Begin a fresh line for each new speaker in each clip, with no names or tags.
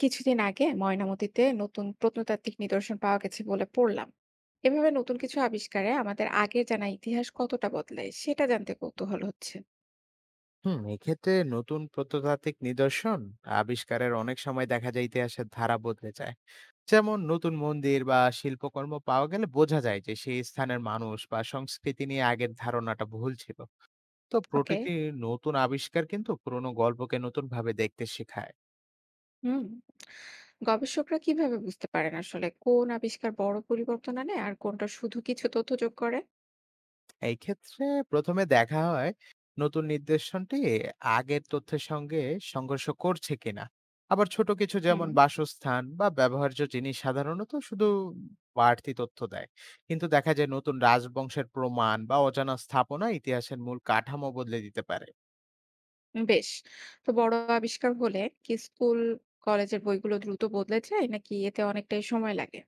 কিছুদিন আগে ময়নামতীতে নতুন প্রত্নতাত্ত্বিক নিদর্শন পাওয়া গেছে বলে পড়লাম। এভাবে নতুন কিছু আবিষ্কারে আমাদের আগে জানা ইতিহাস কতটা বদলায় সেটা জানতে কৌতূহল হচ্ছে।
হুম, এক্ষেত্রে নতুন প্রত্নতাত্ত্বিক নিদর্শন আবিষ্কারের অনেক সময় দেখা যায় ইতিহাসের ধারা বদলে যায়। যেমন নতুন মন্দির বা শিল্পকর্ম পাওয়া গেলে বোঝা যায় যে সেই স্থানের মানুষ বা সংস্কৃতি নিয়ে আগের ধারণাটা ভুল ছিল। তো
ওকে।
প্রকৃতির নতুন আবিষ্কার কিন্তু পুরনো গল্পকে নতুন ভাবে দেখতে শেখায়।
হুম। গবেষকরা কিভাবে বুঝতে পারেন আসলে কোন আবিষ্কার বড় পরিবর্তন আনে আর কোনটা শুধু কিছু তথ্য যোগ করে?
এই ক্ষেত্রে প্রথমে দেখা হয় নতুন নির্দেশনটি আগের তথ্যের সঙ্গে সংঘর্ষ করছে কিনা। আবার ছোট কিছু
হুম।
যেমন বাসস্থান বা ব্যবহার্য জিনিস সাধারণত শুধু বাড়তি তথ্য দেয়, কিন্তু দেখা যায় নতুন রাজবংশের প্রমাণ বা অজানা স্থাপনা ইতিহাসের মূল কাঠামো বদলে দিতে পারে।
বেশ। তো বড় আবিষ্কার হলে কি স্কুল কলেজের বইগুলো দ্রুত বদলে যায় নাকি এতে অনেকটাই সময় লাগে?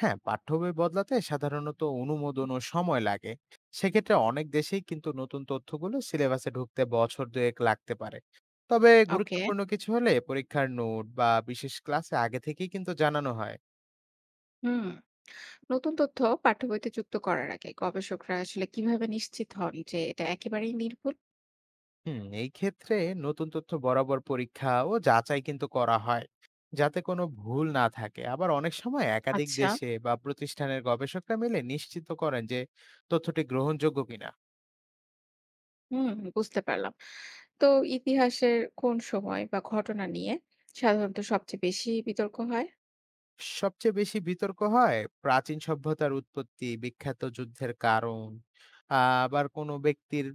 হ্যাঁ, পাঠ্য বই বদলাতে সাধারণত অনুমোদন ও সময় লাগে। সেক্ষেত্রে অনেক দেশেই কিন্তু নতুন তথ্যগুলো সিলেবাসে ঢুকতে বছর দুয়েক লাগতে পারে। তবে
ওকে।
গুরুত্বপূর্ণ কিছু হলে পরীক্ষার নোট বা বিশেষ ক্লাসে আগে থেকেই কিন্তু জানানো হয়।
হুম। নতুন তথ্য পাঠ্যবইতে যুক্ত করার আগে গবেষকরা আসলে কিভাবে নিশ্চিত হন যে এটা একেবারেই নির্ভুল?
হুম, এই ক্ষেত্রে নতুন তথ্য বরাবর পরীক্ষা ও যাচাই কিন্তু করা হয় যাতে কোনো ভুল না থাকে। আবার অনেক সময় একাধিক
আচ্ছা।
দেশে বা প্রতিষ্ঠানের গবেষকরা মিলে নিশ্চিত করেন যে তথ্যটি গ্রহণযোগ্য কিনা।
হুম। বুঝতে পারলাম। তো ইতিহাসের কোন সময় বা ঘটনা নিয়ে সাধারণত সবচেয়ে বেশি বিতর্ক হয়?
সবচেয়ে বেশি বিতর্ক হয় প্রাচীন সভ্যতার উৎপত্তি, বিখ্যাত যুদ্ধের কারণ, আ আবার কোনো ব্যক্তির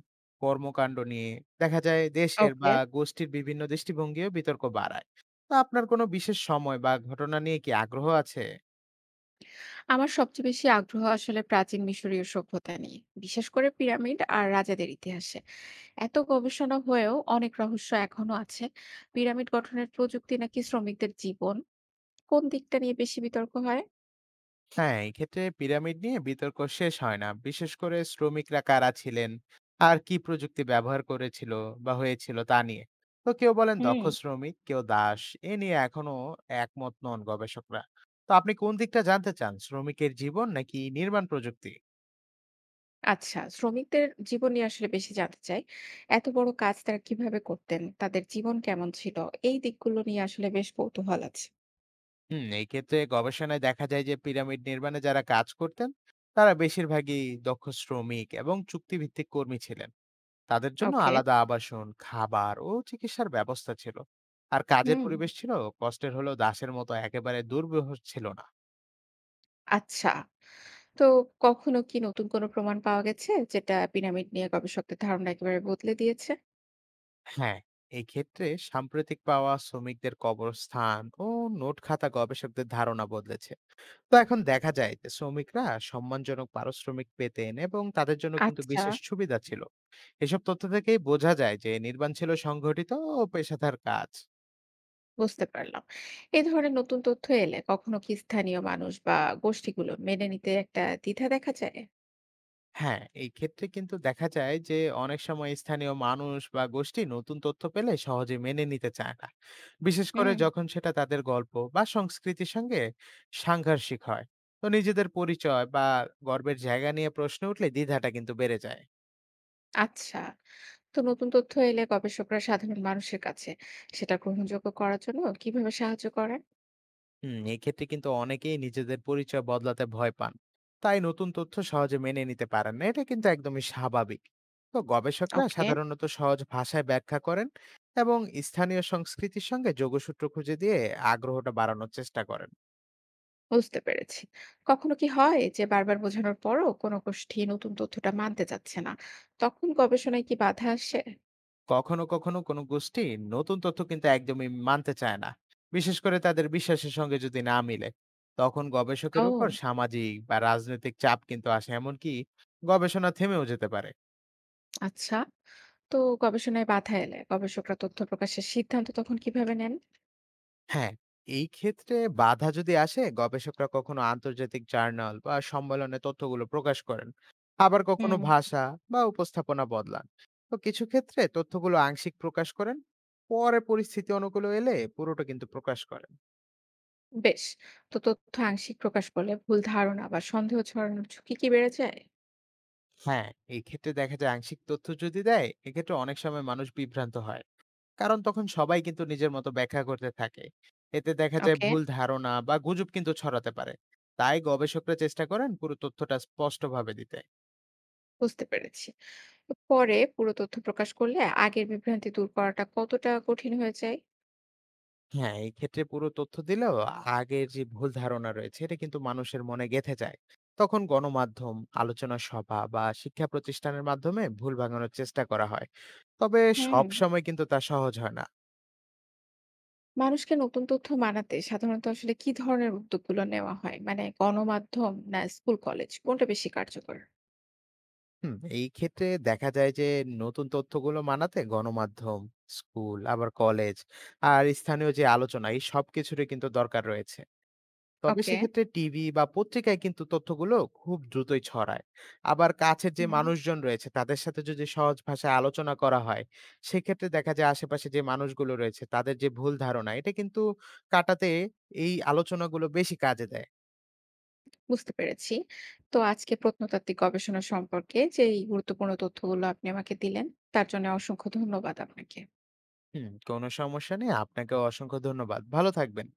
কর্মকাণ্ড নিয়ে। দেখা যায় দেশের বা
ওকে।
গোষ্ঠীর বিভিন্ন দৃষ্টিভঙ্গিও বিতর্ক বাড়ায়। তো আপনার কোনো বিশেষ সময় বা ঘটনা নিয়ে কি আগ্রহ আছে?
আমার সবচেয়ে বেশি আগ্রহ আসলে প্রাচীন মিশরীয় সভ্যতা নিয়ে, বিশেষ করে পিরামিড আর রাজাদের ইতিহাসে। এত গবেষণা হয়েও অনেক রহস্য এখনো আছে। পিরামিড গঠনের প্রযুক্তি নাকি শ্রমিকদের জীবন, কোন দিকটা নিয়ে বেশি বিতর্ক হয়?
হ্যাঁ, এক্ষেত্রে পিরামিড নিয়ে বিতর্ক শেষ হয় না, বিশেষ করে শ্রমিকরা কারা ছিলেন আর কি প্রযুক্তি ব্যবহার করেছিল বা হয়েছিল তা নিয়ে। তো কেউ বলেন দক্ষ
হুম।
শ্রমিক, কেউ দাস। এ নিয়ে এখনো একমত নন গবেষকরা। তো আপনি কোন দিকটা জানতে চান, শ্রমিকের জীবন নাকি নির্মাণ প্রযুক্তি?
আচ্ছা, শ্রমিকদের জীবন নিয়ে আসলে বেশি জানতে চাই। এত বড় কাজ তারা কিভাবে করতেন? তাদের জীবন কেমন ছিল? এই দিকগুলো নিয়ে আসলে বেশ কৌতূহল আছে।
হুম, এই ক্ষেত্রে গবেষণায় দেখা যায় যে পিরামিড নির্মাণে যারা কাজ করতেন তারা বেশিরভাগই দক্ষ শ্রমিক এবং চুক্তিভিত্তিক কর্মী ছিলেন। তাদের জন্য
ওকে।
আলাদা আবাসন, খাবার ও চিকিৎসার ব্যবস্থা ছিল। আর কাজের
হুম,
পরিবেশ ছিল কষ্টের হলেও দাসের মতো একেবারে দুর্বিবহ ছিল না।
আচ্ছা। তো কখনো কি নতুন কোনো প্রমাণ পাওয়া গেছে যেটা পিরামিড নিয়ে গবেষকদের ধারণা একেবারে বদলে দিয়েছে?
হ্যাঁ, এই ক্ষেত্রে সাম্প্রতিক পাওয়া শ্রমিকদের কবরস্থান ও নোট খাতা গবেষকদের ধারণা বদলেছে। তো এখন দেখা যায় যে শ্রমিকরা সম্মানজনক পারিশ্রমিক পেতেন এবং তাদের জন্য কিন্তু
আচ্ছা,
বিশেষ সুবিধা ছিল। এসব তথ্য থেকেই বোঝা যায় যে নির্মাণ ছিল সংগঠিত ও পেশাদার কাজ।
বুঝতে পারলাম। এ ধরনের নতুন তথ্য এলে কখনো কি স্থানীয় মানুষ বা গোষ্ঠীগুলো মেনে নিতে একটা দ্বিধা দেখা যায়?
হ্যাঁ, এই ক্ষেত্রে কিন্তু দেখা যায় যে অনেক সময় স্থানীয় মানুষ বা গোষ্ঠী নতুন তথ্য পেলে সহজে মেনে নিতে চায় না। বিশেষ করে
হুম,
যখন সেটা তাদের গল্প বা সংস্কৃতির সঙ্গে সাংঘর্ষিক হয়। তো নিজেদের পরিচয় বা গর্বের জায়গা নিয়ে প্রশ্ন উঠলে দ্বিধাটা কিন্তু বেড়ে যায়।
আচ্ছা। তো নতুন তথ্য এলে গবেষকরা সাধারণ মানুষের কাছে সেটা গ্রহণযোগ্য করার জন্য কিভাবে সাহায্য করে?
হুম, এক্ষেত্রে কিন্তু অনেকেই নিজেদের পরিচয় বদলাতে ভয় পান, তাই নতুন তথ্য সহজে মেনে নিতে পারেন না। এটা কিন্তু একদমই স্বাভাবিক। তো গবেষকরা
ওকে।
সাধারণত সহজ ভাষায় ব্যাখ্যা করেন এবং স্থানীয় সংস্কৃতির সঙ্গে যোগসূত্র খুঁজে দিয়ে আগ্রহটা বাড়ানোর চেষ্টা করেন।
বুঝতে পেরেছি। কখনো কি হয় যে বারবার বোঝানোর পরও কোনো গোষ্ঠী নতুন তথ্যটা মানতে চাচ্ছে না, তখন গবেষণায় কি বাধা আসে?
কখনো কখনো কোনো গোষ্ঠী নতুন তথ্য কিন্তু একদমই মানতে চায় না, বিশেষ করে তাদের বিশ্বাসের সঙ্গে যদি না মিলে। তখন গবেষকের
ও,
উপর সামাজিক বা রাজনৈতিক চাপ কিন্তু আসে, এমনকি গবেষণা থেমেও যেতে পারে।
আচ্ছা। তো গবেষণায় বাধা এলে গবেষকরা তথ্য প্রকাশের সিদ্ধান্ত তখন কিভাবে নেন?
হ্যাঁ, এই ক্ষেত্রে বাধা যদি আসে, গবেষকরা কখনো আন্তর্জাতিক জার্নাল বা সম্মেলনে তথ্যগুলো প্রকাশ করেন। আবার কখনো
হুম।
ভাষা বা উপস্থাপনা বদলান। তো কিছু ক্ষেত্রে তথ্যগুলো আংশিক প্রকাশ করেন। পরে পরিস্থিতি অনুকূলে এলে পুরোটা কিন্তু প্রকাশ করেন।
বেশ। তো তথ্য আংশিক প্রকাশ করলে ভুল ধারণা বা সন্দেহ ছড়ানোর ঝুঁকি কি বেড়ে যায়?
হ্যাঁ, এই ক্ষেত্রে দেখা যায় আংশিক তথ্য যদি দেয়, এক্ষেত্রে অনেক সময় মানুষ বিভ্রান্ত হয়। কারণ তখন সবাই কিন্তু নিজের মতো ব্যাখ্যা করতে থাকে। এতে দেখা যায়
ওকে।
ভুল ধারণা বা গুজব কিন্তু ছড়াতে পারে। তাই গবেষকরা চেষ্টা করেন পুরো তথ্যটা স্পষ্টভাবে দিতে।
বুঝতে পেরেছি। পরে পুরো তথ্য প্রকাশ করলে আগের বিভ্রান্তি দূর করাটা কতটা কঠিন হয়ে যায়?
হ্যাঁ, এক্ষেত্রে পুরো তথ্য দিলেও আগের যে ভুল ধারণা রয়েছে এটা কিন্তু মানুষের মনে গেঁথে যায়। তখন গণমাধ্যম, আলোচনা সভা বা শিক্ষা প্রতিষ্ঠানের মাধ্যমে ভুল ভাঙানোর চেষ্টা করা হয়। তবে
হুম।
সবসময় কিন্তু তা সহজ হয় না।
মানুষকে নতুন তথ্য মানাতে সাধারণত আসলে কি ধরনের উদ্যোগগুলো নেওয়া হয়? মানে গণমাধ্যম না স্কুল কলেজ, কোনটা বেশি কার্যকর?
হুম, এই ক্ষেত্রে দেখা যায় যে নতুন তথ্যগুলো মানাতে গণমাধ্যম, স্কুল, আবার কলেজ আর স্থানীয় যে আলোচনা, এই সবকিছুরই কিন্তু দরকার রয়েছে। তবে
ওকে।
সেক্ষেত্রে টিভি বা পত্রিকায় কিন্তু তথ্যগুলো খুব দ্রুতই ছড়ায়। আবার কাছের যে
হুম।
মানুষজন রয়েছে তাদের সাথে যদি সহজ ভাষায় আলোচনা করা হয়, সেক্ষেত্রে দেখা যায় আশেপাশে যে মানুষগুলো রয়েছে তাদের যে ভুল ধারণা, এটা কিন্তু কাটাতে এই আলোচনাগুলো বেশি কাজে দেয়।
বুঝতে পেরেছি। তো আজকে প্রত্নতাত্ত্বিক গবেষণা সম্পর্কে যে এই গুরুত্বপূর্ণ তথ্যগুলো আপনি আমাকে দিলেন, তার জন্য অসংখ্য ধন্যবাদ আপনাকে।
হুম, কোনো সমস্যা নেই। আপনাকে অসংখ্য ধন্যবাদ। ভালো থাকবেন।